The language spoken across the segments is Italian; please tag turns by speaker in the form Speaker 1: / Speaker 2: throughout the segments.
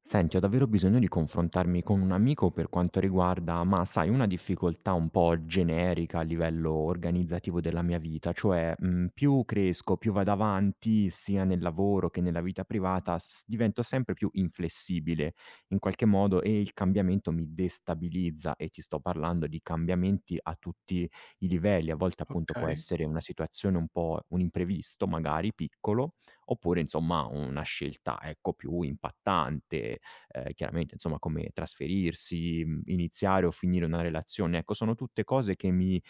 Speaker 1: Senti, ho davvero bisogno di confrontarmi con un amico per quanto riguarda, ma sai, una difficoltà un po' generica a livello organizzativo della mia vita, cioè più cresco, più vado avanti, sia nel lavoro che nella vita privata, divento sempre più inflessibile in qualche modo e il cambiamento mi destabilizza e ti sto parlando di cambiamenti a tutti i livelli. A volte appunto può
Speaker 2: Okay,
Speaker 1: essere una situazione un po' un imprevisto, magari piccolo, oppure insomma una scelta, ecco, più impattante, chiaramente insomma come trasferirsi, iniziare o finire una relazione. Ecco, sono tutte cose che mi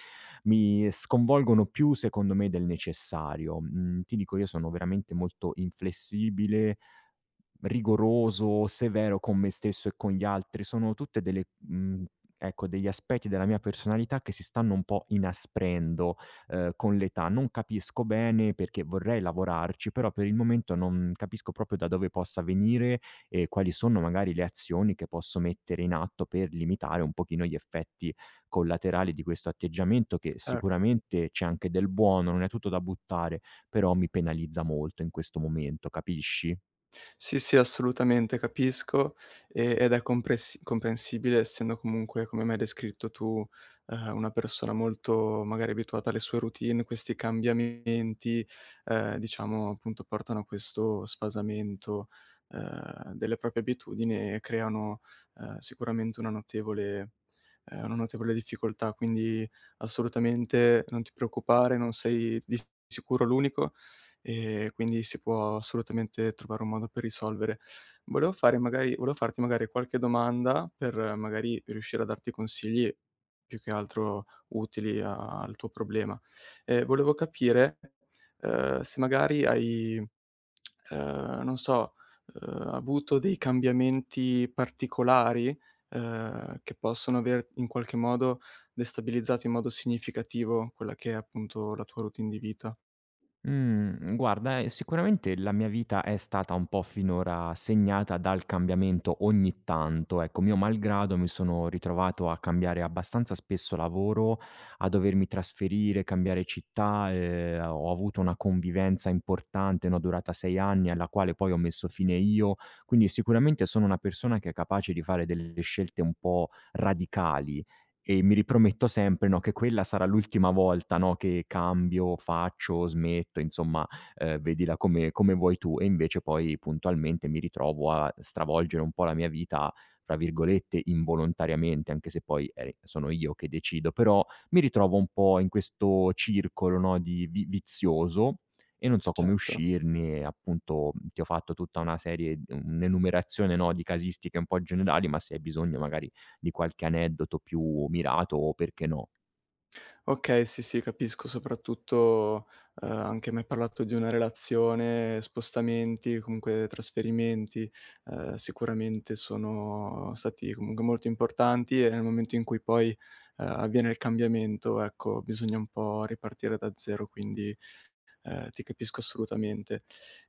Speaker 1: mi sconvolgono più secondo me del necessario. Mhmm, Ti dico, io sono veramente molto inflessibile, rigoroso, severo con me stesso e con gli altri, sono tutte delle ecco, degli aspetti della mia personalità che si stanno un po' inasprendo, con l'età. Non capisco bene perché, vorrei lavorarci, però per il momento non capisco proprio da dove possa venire e quali sono magari le azioni che posso mettere in atto per limitare un pochino gli effetti collaterali di questo atteggiamento, che
Speaker 2: certo.
Speaker 1: sicuramente c'è anche del buono, non è tutto da buttare, però mi penalizza molto in questo momento, capisci?
Speaker 2: Sì, sì, assolutamente, capisco, e ed è compresi comprensibile essendo comunque, come mi hai descritto tu, una persona molto magari abituata alle sue routine, questi cambiamenti, diciamo appunto portano a questo sfasamento, delle proprie abitudini e creano, sicuramente una notevole una notevole difficoltà. Quindi assolutamente non ti preoccupare, non sei di sicuro l'unico e quindi si può assolutamente trovare un modo per risolvere. Volevo farti magari qualche domanda per magari riuscire a darti consigli più che altro utili a al tuo problema. Volevo capire, se magari hai, non so, avuto dei cambiamenti particolari, che possono aver in qualche modo destabilizzato in modo significativo quella che è appunto la tua routine di vita.
Speaker 1: Mhmm, Guarda, sicuramente la mia vita è stata un po' finora segnata dal cambiamento ogni tanto, ecco. Mio malgrado mi sono ritrovato a cambiare abbastanza spesso lavoro, a dovermi trasferire, cambiare città, ho avuto una convivenza importante, no, durata 6 anni, alla quale poi ho messo fine io, quindi sicuramente sono una persona che è capace di fare delle scelte un po' radicali. E mi riprometto sempre, no, che quella sarà l'ultima volta, no, che cambio, faccio, smetto, insomma, vedila come vuoi tu. E invece poi puntualmente mi ritrovo a stravolgere un po' la mia vita, tra virgolette, "involontariamente", anche se poi, sono io che decido. Però mi ritrovo un po' in questo circolo, no, di vi vizioso, e non so come
Speaker 2: Certo.
Speaker 1: uscirne, e appunto ti ho fatto tutta una serie, un'enumerazione, no, di casistiche un po' generali, ma se hai bisogno magari di qualche aneddoto più mirato, o perché no.
Speaker 2: Okay, sì, sì, capisco. Soprattutto, anche m'hai parlato di una relazione, spostamenti, comunque trasferimenti, sicuramente sono stati comunque molto importanti e nel momento in cui poi, avviene il cambiamento, ecco, bisogna un po' ripartire da zero. Ti capisco assolutamente.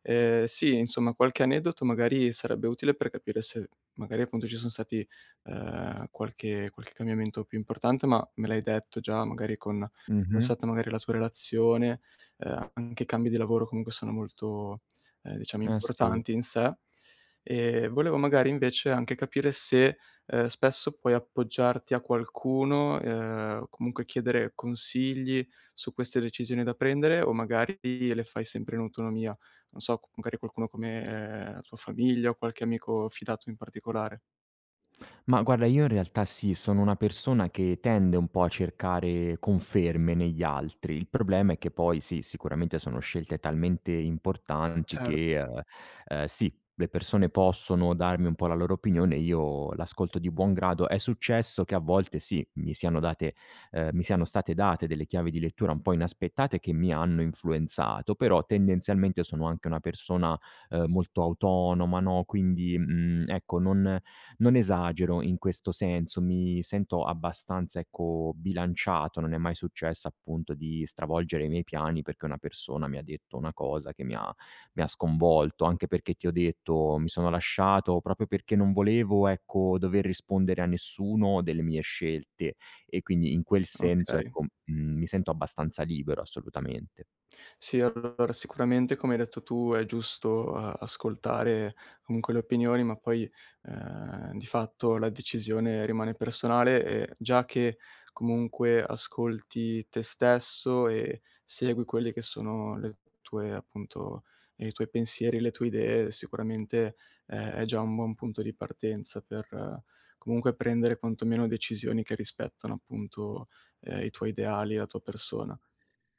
Speaker 2: Sì, insomma qualche aneddoto magari sarebbe utile per capire se magari appunto ci son stati, qualche cambiamento più importante, ma me l'hai detto già magari con com'è
Speaker 1: Mh-mh.
Speaker 2: stata magari la tua relazione, anche i cambi di lavoro comunque sono molto, diciamo
Speaker 1: Eh sì.
Speaker 2: importanti in sé. Volevo magari invece anche capire se, spesso puoi appoggiarti a qualcuno, o comunque chiedere consigli su queste decisioni da prendere o magari le fai sempre in autonomia? Non so, magari qualcuno come la tua famiglia o qualche amico fidato in particolare.
Speaker 1: Ma guarda, io in realtà sì, sono una persona che tende un po' a cercare conferme negli altri. Il problema è che poi sì, sicuramente sono scelte talmente importanti
Speaker 2: Certo.
Speaker 1: che, sì, le persone possono darmi un po' la loro opinione, io l'ascolto di buon grado. È successo che a volte sì, mi siano state date delle chiavi di lettura un po' inaspettate che mi hanno influenzato, però tendenzialmente sono anche una persona molto autonoma, no, quindi, ecco, non esagero in questo senso, mi sento abbastanza, ecco, bilanciato, non è mai successo appunto di stravolgere i miei piani perché una persona mi ha detto una cosa che mi ha sconvolto, anche perché ti ho detto, mi sono lasciato proprio perché non volevo, ecco, dover rispondere a nessuno delle mie scelte, e quindi in quel senso,
Speaker 2: Okay.
Speaker 1: ecco, mi sento abbastanza libero, assolutamente.
Speaker 2: Sì, allora sicuramente come hai detto tu è giusto a ascoltare comunque le opinioni, ma poi, di fatto la decisione rimane personale e già che comunque ascolti te stesso e segui quelli che sono le tue appunto i tuoi pensieri, le tue idee, sicuramente è già un buon punto di partenza per comunque prendere quantomeno decisioni che rispettano appunto, i tuoi ideali, la tua persona.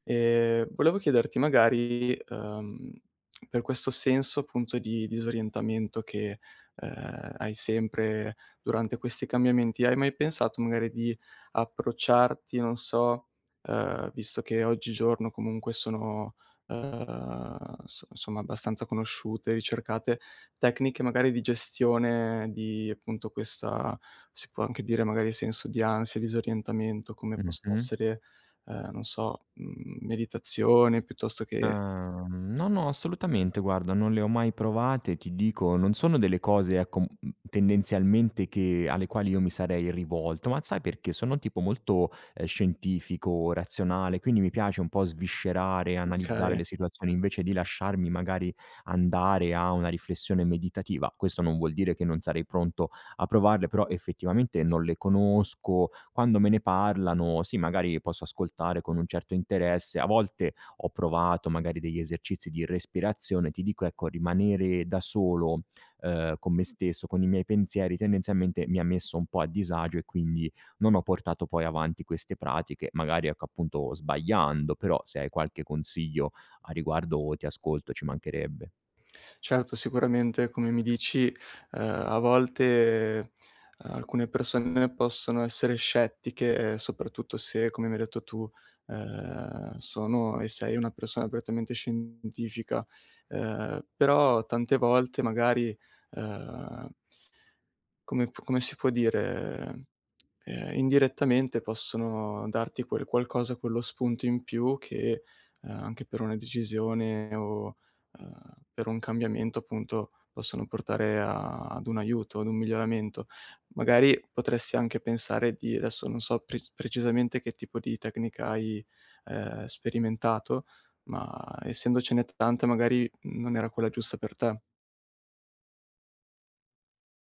Speaker 2: Volevo chiederti magari, per questo senso appunto di disorientamento che, hai sempre durante questi cambiamenti, hai mai pensato magari di approcciarti, non so, visto che oggigiorno comunque sono, so insomma abbastanza conosciute, ricercate, tecniche magari di gestione di appunto questa si può anche dire magari senso di ansia, disorientamento, come possono
Speaker 1: Mh-mh.
Speaker 2: essere non so, meditazione piuttosto che
Speaker 1: No, no, assolutamente guarda, non le ho mai provate, ti dico, non sono delle cose, ecco, tendenzialmente, che alle quali io mi sarei rivolto, ma sai perché, sono un tipo molto, scientifico, razionale, quindi mi piace un po' sviscerare, analizzare
Speaker 2: okay.
Speaker 1: le situazioni, invece di lasciarmi magari andare a una riflessione meditativa. Questo non vuol dire che non sarei pronto a provarle, però effettivamente non le conosco, quando me ne parlano sì, magari posso ascoltare con un certo interesse, a volte ho provato magari degli esercizi di respirazione, ti dico ecco, rimanere da solo, con me stesso, con i miei pensieri, tendenzialmente mi ha messo un po' a disagio, e quindi non ho portato poi avanti queste pratiche, magari ecco, appunto sbagliando, però se hai qualche consiglio a riguardo ti ascolto, ci mancherebbe.
Speaker 2: Certo, sicuramente come mi dici, a volte alcune persone possono essere scettiche, soprattutto se, come mi hai detto tu, sono e sei una persona prettamente scientifica, però tante volte magari, ehm come si può dire, indirettamente possono darti quel qualcosa, quello spunto in più che, anche per una decisione o, per un cambiamento appunto possono portare a ad un aiuto, ad un miglioramento. Magari potresti anche pensare di adesso non so precisamente che tipo di tecnica hai, sperimentato, ma essendocene tante magari non era quella giusta per te.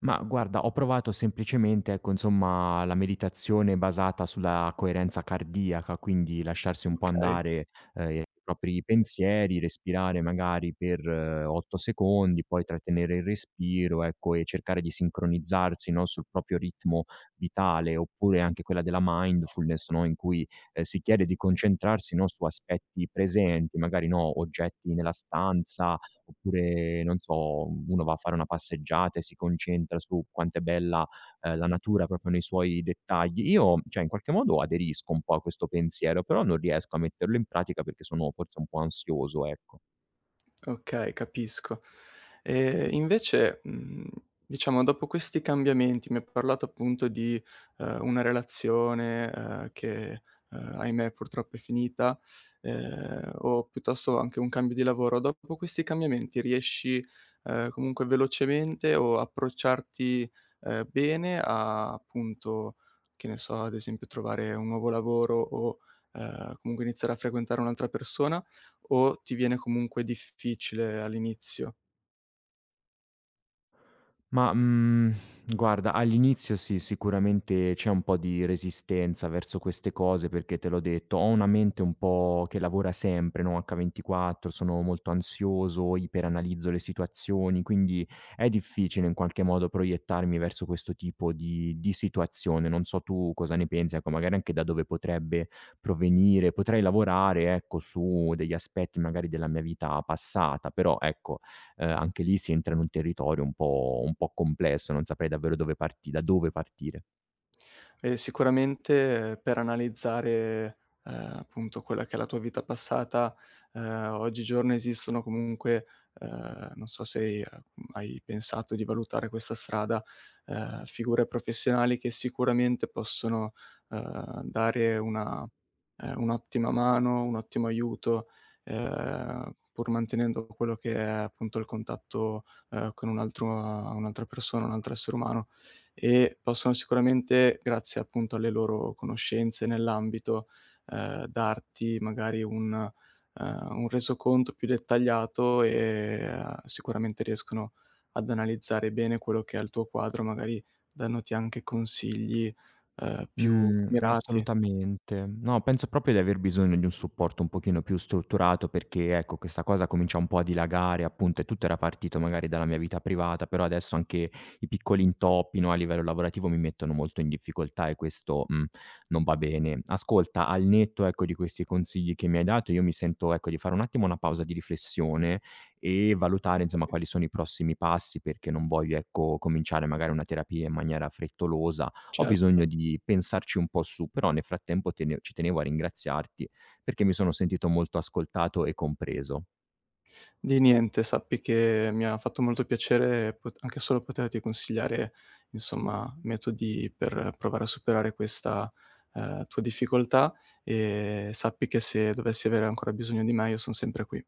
Speaker 1: Ma guarda, ho provato semplicemente, ecco, insomma, la meditazione basata sulla coerenza cardiaca, quindi lasciarsi
Speaker 2: Mh.
Speaker 1: un po'
Speaker 2: Okay?
Speaker 1: andare, i propri pensieri, respirare magari per 8 secondi, poi trattenere il respiro, ecco, e cercare di sincronizzarsi, no, sul proprio ritmo vitale, oppure anche quella della mindfulness, no, in cui, si chiede di concentrarsi, no, su aspetti presenti, magari, no, oggetti nella stanza, oppure, non so, uno va a fare una passeggiata e si concentra su quanto è bella, la natura proprio nei suoi dettagli. Io, cioè, in qualche modo aderisco un po' a questo pensiero, però non riesco a metterlo in pratica perché sono forse un po' ansioso, ecco.
Speaker 2: Okay, capisco. Invece, diciamo dopo questi cambiamenti, mi hai parlato appunto di, una relazione, che, ahimè purtroppo è finita, o piuttosto anche un cambio di lavoro. Dopo questi cambiamenti riesci, comunque velocemente o approcciarti, bene a appunto, che ne so, ad esempio trovare un nuovo lavoro o, comunque iniziare a frequentare un'altra persona? O ti viene comunque difficile all'inizio?
Speaker 1: Ma, guarda, all'inizio sì, sicuramente c'è un po' di resistenza verso queste cose perché, te l'ho detto, ho una mente un po' che lavora sempre, no, H24, sono molto ansioso, iperanalizzo le situazioni, quindi è difficile in qualche modo proiettarmi verso questo tipo di situazione. Non so tu cosa ne pensi, ecco, magari anche da dove potrebbe provenire. Potrei lavorare, ecco, su degli aspetti magari della mia vita passata, però ecco, anche lì si entra in un territorio un po' complesso, non saprei davvero dove parti da dove partire.
Speaker 2: Sicuramente per analizzare, appunto quella che è la tua vita passata, ehm, oggigiorno esistono comunque, non so se hai hai pensato di valutare questa strada, figure professionali che sicuramente possono, dare una un'ottima mano, un ottimo aiuto, pur mantenendo quello che è appunto il contatto, con un altro un'altra persona, un altro essere umano e possono sicuramente, grazie appunto alle loro conoscenze nell'ambito, darti magari un resoconto più dettagliato e, sicuramente riescono ad analizzare bene quello che è il tuo quadro, magari dandoti anche consigli, più mirati.
Speaker 1: Assolutamente. No, penso proprio di aver bisogno di un supporto un pochino più strutturato perché, ecco, questa cosa comincia un po' a dilagare, appunto, e tutto era partito magari dalla mia vita privata, però adesso anche i piccoli intoppi, no, a livello lavorativo mi mettono molto in difficoltà, e questo, non va bene. Ascolta, al netto, ecco, di questi consigli che mi hai dato, io mi sento, ecco, di fare un attimo una pausa di riflessione e valutare, insomma, quali sono i prossimi passi, perché non voglio, ecco, cominciare magari una terapia in maniera frettolosa, ho
Speaker 2: Certo.
Speaker 1: bisogno di pensarci un po' su, però nel frattempo tene ci tenevo a ringraziarti perché mi sono sentito molto ascoltato e compreso.
Speaker 2: Di niente, sappi che mi ha fatto molto piacere pot anche solo poterti consigliare, insomma, metodi per provare a superare questa, tua difficoltà e sappi che se dovessi avere ancora bisogno di me, io son sempre qui.